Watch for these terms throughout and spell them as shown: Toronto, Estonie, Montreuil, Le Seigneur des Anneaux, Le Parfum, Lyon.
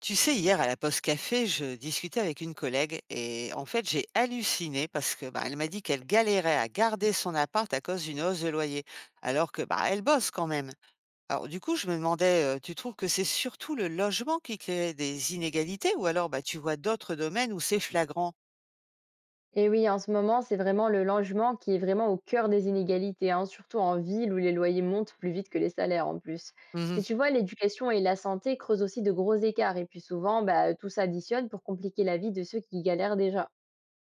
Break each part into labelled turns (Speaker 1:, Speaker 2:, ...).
Speaker 1: Tu sais, hier à la Poste Café, je discutais avec une collègue et en fait, j'ai halluciné parce que bah, elle m'a dit qu'elle galérait à garder son appart à cause d'une hausse de loyer, alors que bah elle bosse quand même. Alors du coup, je me demandais, tu trouves que c'est surtout le logement qui crée des inégalités ou alors bah tu vois d'autres domaines où c'est flagrant?
Speaker 2: Et oui, en ce moment, c'est vraiment le logement qui est vraiment au cœur des inégalités, hein, surtout en ville où les loyers montent plus vite que les salaires en plus. Mais
Speaker 1: Mhm.
Speaker 2: tu vois, l'éducation et la santé creusent aussi de gros écarts et puis souvent, bah, tout s'additionne pour compliquer la vie de ceux qui galèrent déjà.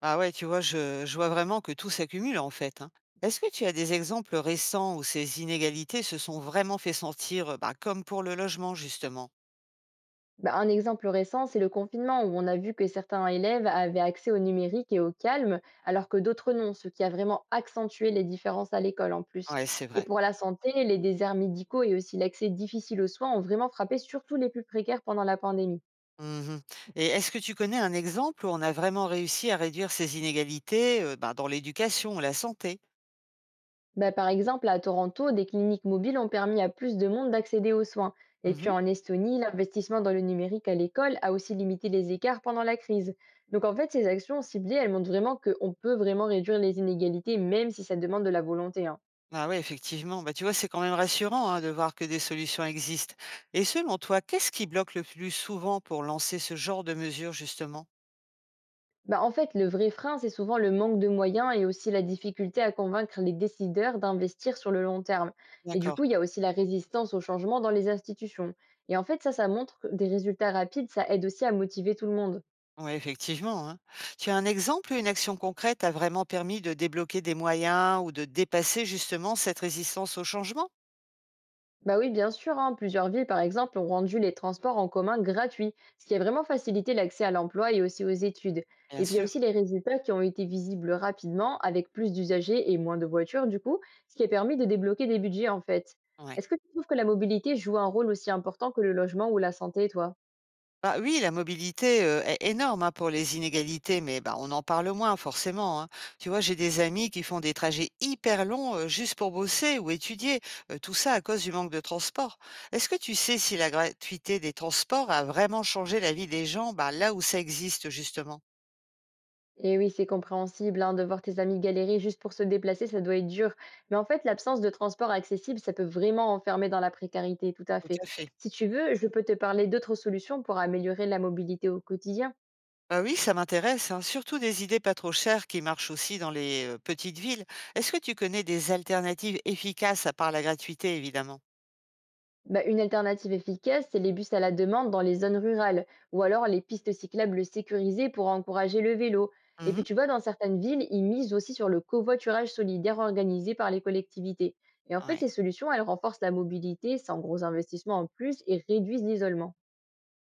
Speaker 1: Ah ouais, tu vois, je vois vraiment que tout s'accumule en fait, hein. Est-ce que tu as des exemples récents où ces inégalités se sont vraiment fait sentir, bah, comme pour le logement justement?
Speaker 2: Bah, un exemple récent, c'est le confinement où on a vu que certains élèves avaient accès au numérique et au calme, alors que d'autres non, ce qui a vraiment accentué les différences à l'école en plus.
Speaker 1: Ouais, c'est
Speaker 2: Et
Speaker 1: vrai.
Speaker 2: pour la santé, les déserts médicaux et aussi l'accès difficile aux soins ont vraiment frappé surtout les plus précaires pendant la pandémie.
Speaker 1: Mmh. Et est-ce que tu connais un exemple où on a vraiment réussi à réduire ces inégalités, ben, dans l'éducation ou la santé?
Speaker 2: Bah, par exemple, à Toronto, des cliniques mobiles ont permis à plus de monde d'accéder aux soins. Et puis
Speaker 1: Mmh.
Speaker 2: en Estonie, l'investissement dans le numérique à l'école a aussi limité les écarts pendant la crise. Donc en fait, ces actions ciblées, elles montrent vraiment qu'on peut vraiment réduire les inégalités, même si ça demande de la volonté, hein.
Speaker 1: Ah oui, effectivement, bah, tu vois, c'est quand même rassurant, hein, de voir que des solutions existent et selon toi, qu'est-ce qui bloque le plus souvent pour lancer ce genre de mesures, justement?
Speaker 2: Bah, en fait, le vrai frein, c'est souvent le manque de moyens et aussi la difficulté à convaincre les décideurs d'investir sur le long terme. Et du
Speaker 1: D'accord,
Speaker 2: coup, il y a aussi la résistance au changement dans les institutions. Et en fait, ça montre que des résultats rapides, ça aide aussi à motiver tout le monde.
Speaker 1: ouais, effectivement, hein. Tu as un exemple où une action concrète a vraiment permis de débloquer des moyens ou de dépasser, justement, cette résistance au changement?
Speaker 2: Bah oui, bien sûr, hein. Plusieurs villes, par exemple, ont rendu les transports en commun gratuits, ce qui a vraiment facilité l'accès à l'emploi et aussi aux études.
Speaker 1: Bien
Speaker 2: Et puis il y a
Speaker 1: sûr,
Speaker 2: aussi les résultats qui ont été visibles rapidement, avec plus d'usagers et moins de voitures, du coup, ce qui a permis de débloquer des budgets en fait.
Speaker 1: ouais.
Speaker 2: Est-ce que tu trouves que la mobilité joue un rôle aussi important que le logement ou la santé, toi?
Speaker 1: Bah, oui, la mobilité, est énorme, hein, pour les inégalités, mais bah, on en parle moins forcément, hein. Tu vois, j'ai des amis qui font des trajets hyper longs, juste pour bosser ou étudier, tout ça à cause du manque de transport. Est-ce que tu sais si la gratuité des transports a vraiment changé la vie des gens, bah, là où ça existe justement?
Speaker 2: Et oui, c'est compréhensible, hein, de voir tes amis galérer juste pour se déplacer, ça doit être dur. Mais en fait, l'absence de transport accessible, ça peut vraiment enfermer dans la précarité, tout à
Speaker 1: Tout
Speaker 2: fait.
Speaker 1: à fait.
Speaker 2: Si tu veux, je peux te parler d'autres solutions pour améliorer la mobilité au quotidien.
Speaker 1: Bah, oui, ça m'intéresse, hein, surtout des idées pas trop chères qui marchent aussi dans les, petites villes. Est-ce que tu connais des alternatives efficaces à part la gratuité évidemment?
Speaker 2: Bah, une alternative efficace, c'est les bus à la demande dans les zones rurales, ou alors les pistes cyclables sécurisées pour encourager le vélo. Et puis
Speaker 1: Mmh.
Speaker 2: tu vois, dans certaines villes, ils misent aussi sur le covoiturage solidaire organisé par les collectivités. Et en fait,
Speaker 1: Ouais.
Speaker 2: ces solutions, elles renforcent la mobilité sans gros investissements en plus et réduisent l'isolement.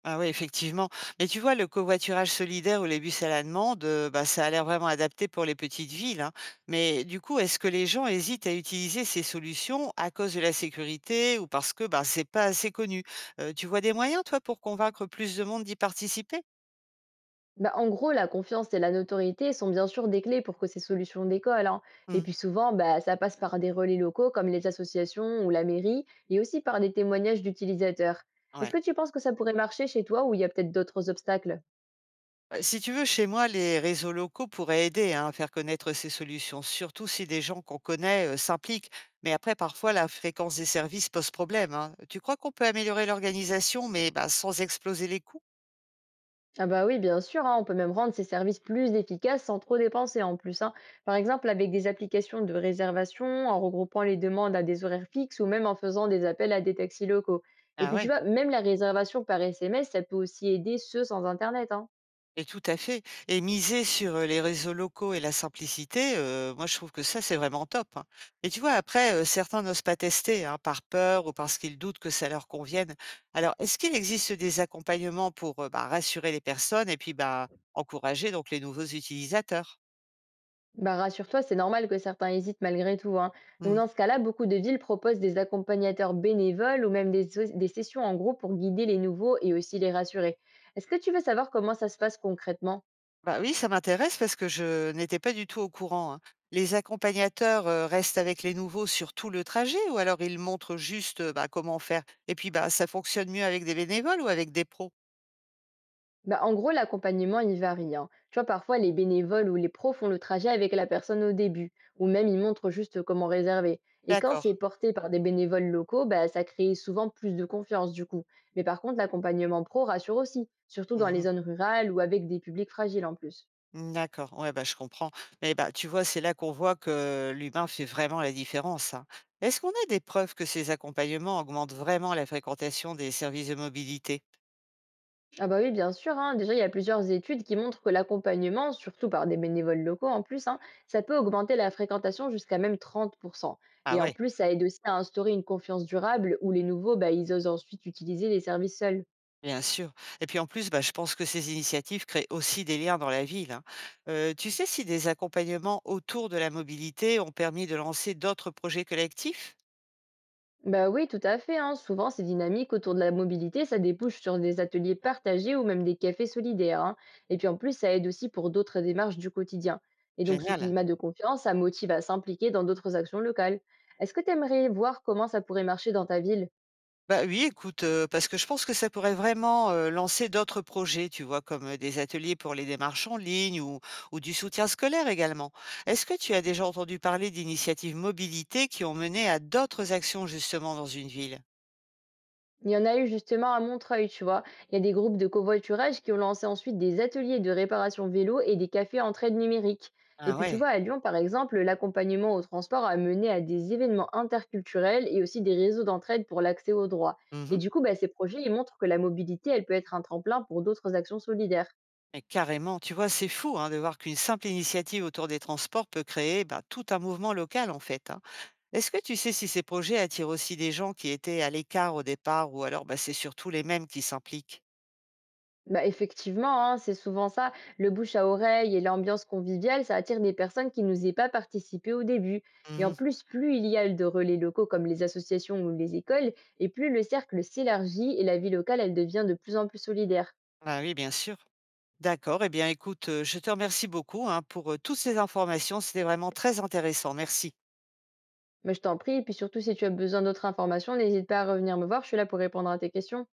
Speaker 1: Ah oui, effectivement. Mais tu vois, le covoiturage solidaire ou les bus à la demande, bah, ça a l'air vraiment adapté pour les petites villes, hein. Mais du coup, est-ce que les gens hésitent à utiliser ces solutions à cause de la sécurité ou parce que bah, c'est pas assez connu? Tu vois des moyens, toi, pour convaincre plus de monde d'y participer?
Speaker 2: Bah, en gros, la confiance et la notoriété sont bien sûr des clés pour que ces solutions décollent, hein. Et
Speaker 1: Hmm,
Speaker 2: puis souvent, bah, ça passe par des relais locaux comme les associations ou la mairie, et aussi par des témoignages d'utilisateurs. Est-ce
Speaker 1: ouais.
Speaker 2: que tu penses que ça pourrait marcher chez toi ou il y a peut-être d'autres obstacles?
Speaker 1: Bah, si tu veux, chez moi, les réseaux locaux pourraient aider hein, à faire connaître ces solutions, surtout si des gens qu'on connaît s'impliquent. Mais après, parfois, la fréquence des services pose problème, hein. Tu crois qu'on peut améliorer l'organisation, mais bah, sans exploser les coûts?
Speaker 2: Ah bah oui, bien sûr, hein, on peut même rendre ces services plus efficaces sans trop dépenser en plus, hein. Par exemple, avec des applications de réservation, en regroupant les demandes à des horaires fixes ou même en faisant des appels à des taxis locaux. Et
Speaker 1: Ah
Speaker 2: puis tu
Speaker 1: oui.
Speaker 2: vois, même la réservation par SMS, ça peut aussi aider ceux sans Internet, hein.
Speaker 1: Et tout à fait et miser sur, les réseaux locaux et la simplicité, moi je trouve que ça, c'est vraiment top, hein, et tu vois, après, certains n'osent pas tester, hein, par peur ou parce qu'ils doutent que ça leur convienne. Alors, est-ce qu'il existe des accompagnements pour, bah, rassurer les personnes et puis, bah, encourager donc les nouveaux utilisateurs?
Speaker 2: Bah, rassure-toi, c'est normal que certains hésitent malgré tout, hein. Donc
Speaker 1: Mmh.
Speaker 2: dans ce cas-là, beaucoup de villes proposent des accompagnateurs bénévoles ou même des, des sessions en groupe pour guider les nouveaux et aussi les rassurer. Est-ce que tu veux savoir comment ça se passe concrètement?
Speaker 1: Bah, oui, ça m'intéresse parce que je n'étais pas du tout au courant, hein. Les accompagnateurs, restent avec les nouveaux sur tout le trajet ou alors ils montrent juste, bah, comment faire? Et puis, bah, ça fonctionne mieux avec des bénévoles ou avec des pros?
Speaker 2: Bah, en gros, l'accompagnement, il varie, hein. Tu vois, parfois, les bénévoles ou les pros font le trajet avec la personne au début, ou même ils montrent juste comment réserver. Et quand
Speaker 1: D'accord.
Speaker 2: c'est porté par des bénévoles locaux, bah, ça crée souvent plus de confiance du coup. Mais par contre, l'accompagnement pro rassure aussi, surtout dans les
Speaker 1: Mmh.
Speaker 2: zones rurales ou avec des publics fragiles en plus.
Speaker 1: D'accord, ouais, bah, je comprends. Mais bah, tu vois, c'est là qu'on voit que l'humain fait vraiment la différence, hein. Est-ce qu'on a des preuves que ces accompagnements augmentent vraiment la fréquentation des services de mobilité?
Speaker 2: Ah bah oui, bien sûr, hein. Déjà, il y a plusieurs études qui montrent que l'accompagnement, surtout par des bénévoles locaux en plus, hein, ça peut augmenter la fréquentation jusqu'à même 30%.
Speaker 1: Ah
Speaker 2: Et en
Speaker 1: ouais,
Speaker 2: plus, ça aide aussi à instaurer une confiance durable où les nouveaux, bah, ils osent ensuite utiliser les services seuls.
Speaker 1: bien sûr. Et puis en plus, bah, je pense que ces initiatives créent aussi des liens dans la ville, hein. Tu sais si des accompagnements autour de la mobilité ont permis de lancer d'autres projets collectifs?
Speaker 2: Bah oui, tout à fait, hein. Souvent, ces dynamiques autour de la mobilité, ça débouche sur des ateliers partagés ou même des cafés solidaires, hein. Et puis en plus, ça aide aussi pour d'autres démarches du quotidien. Et donc, ce
Speaker 1: Génial.
Speaker 2: climat de confiance, ça motive à s'impliquer dans d'autres actions locales. Est-ce que tu aimerais voir comment ça pourrait marcher dans ta ville?
Speaker 1: Bah oui, écoute, parce que je pense que ça pourrait vraiment, lancer d'autres projets, tu vois? Comme, des ateliers pour les démarches en ligne ou du soutien scolaire également. Est-ce que tu as déjà entendu parler d'initiatives mobilité qui ont mené à d'autres actions justement dans une ville?
Speaker 2: Il y en a eu justement à Montreuil, tu vois. Il y a des groupes de covoiturage qui ont lancé ensuite des ateliers de réparation vélo et des cafés entraide numérique. Et
Speaker 1: Ah
Speaker 2: puis tu
Speaker 1: ouais.
Speaker 2: vois, à Lyon, par exemple, l'accompagnement au transport a mené à des événements interculturels et aussi des réseaux d'entraide pour l'accès aux droits. Et
Speaker 1: Mmh.
Speaker 2: du coup, bah, ces projets, ils montrent que la mobilité, elle peut être un tremplin pour d'autres actions solidaires.
Speaker 1: Mais carrément, tu vois? C'est fou, hein, de voir qu'une simple initiative autour des transports peut créer, bah, tout un mouvement local en fait, hein. Est-ce que tu sais si ces projets attirent aussi des gens qui étaient à l'écart au départ ou alors, bah, c'est surtout les mêmes qui s'impliquent?
Speaker 2: Bah, effectivement, hein, c'est souvent ça. Le bouche à oreille et l'ambiance conviviale, ça attire des personnes qui n'osaient pas participer au début. Et
Speaker 1: Mmh
Speaker 2: en
Speaker 1: mh.
Speaker 2: plus, plus il y a de relais locaux comme les associations ou les écoles, et plus le cercle s'élargit et la vie locale, elle devient de plus en plus solidaire.
Speaker 1: Bah oui, bien sûr. D'accord, eh bien écoute, je te remercie beaucoup, hein, pour, toutes ces informations. C'était vraiment très intéressant. Merci.
Speaker 2: Mais je t'en prie, et puis surtout si tu as besoin d'autres informations, n'hésite pas à revenir me voir, je suis là pour répondre à tes questions.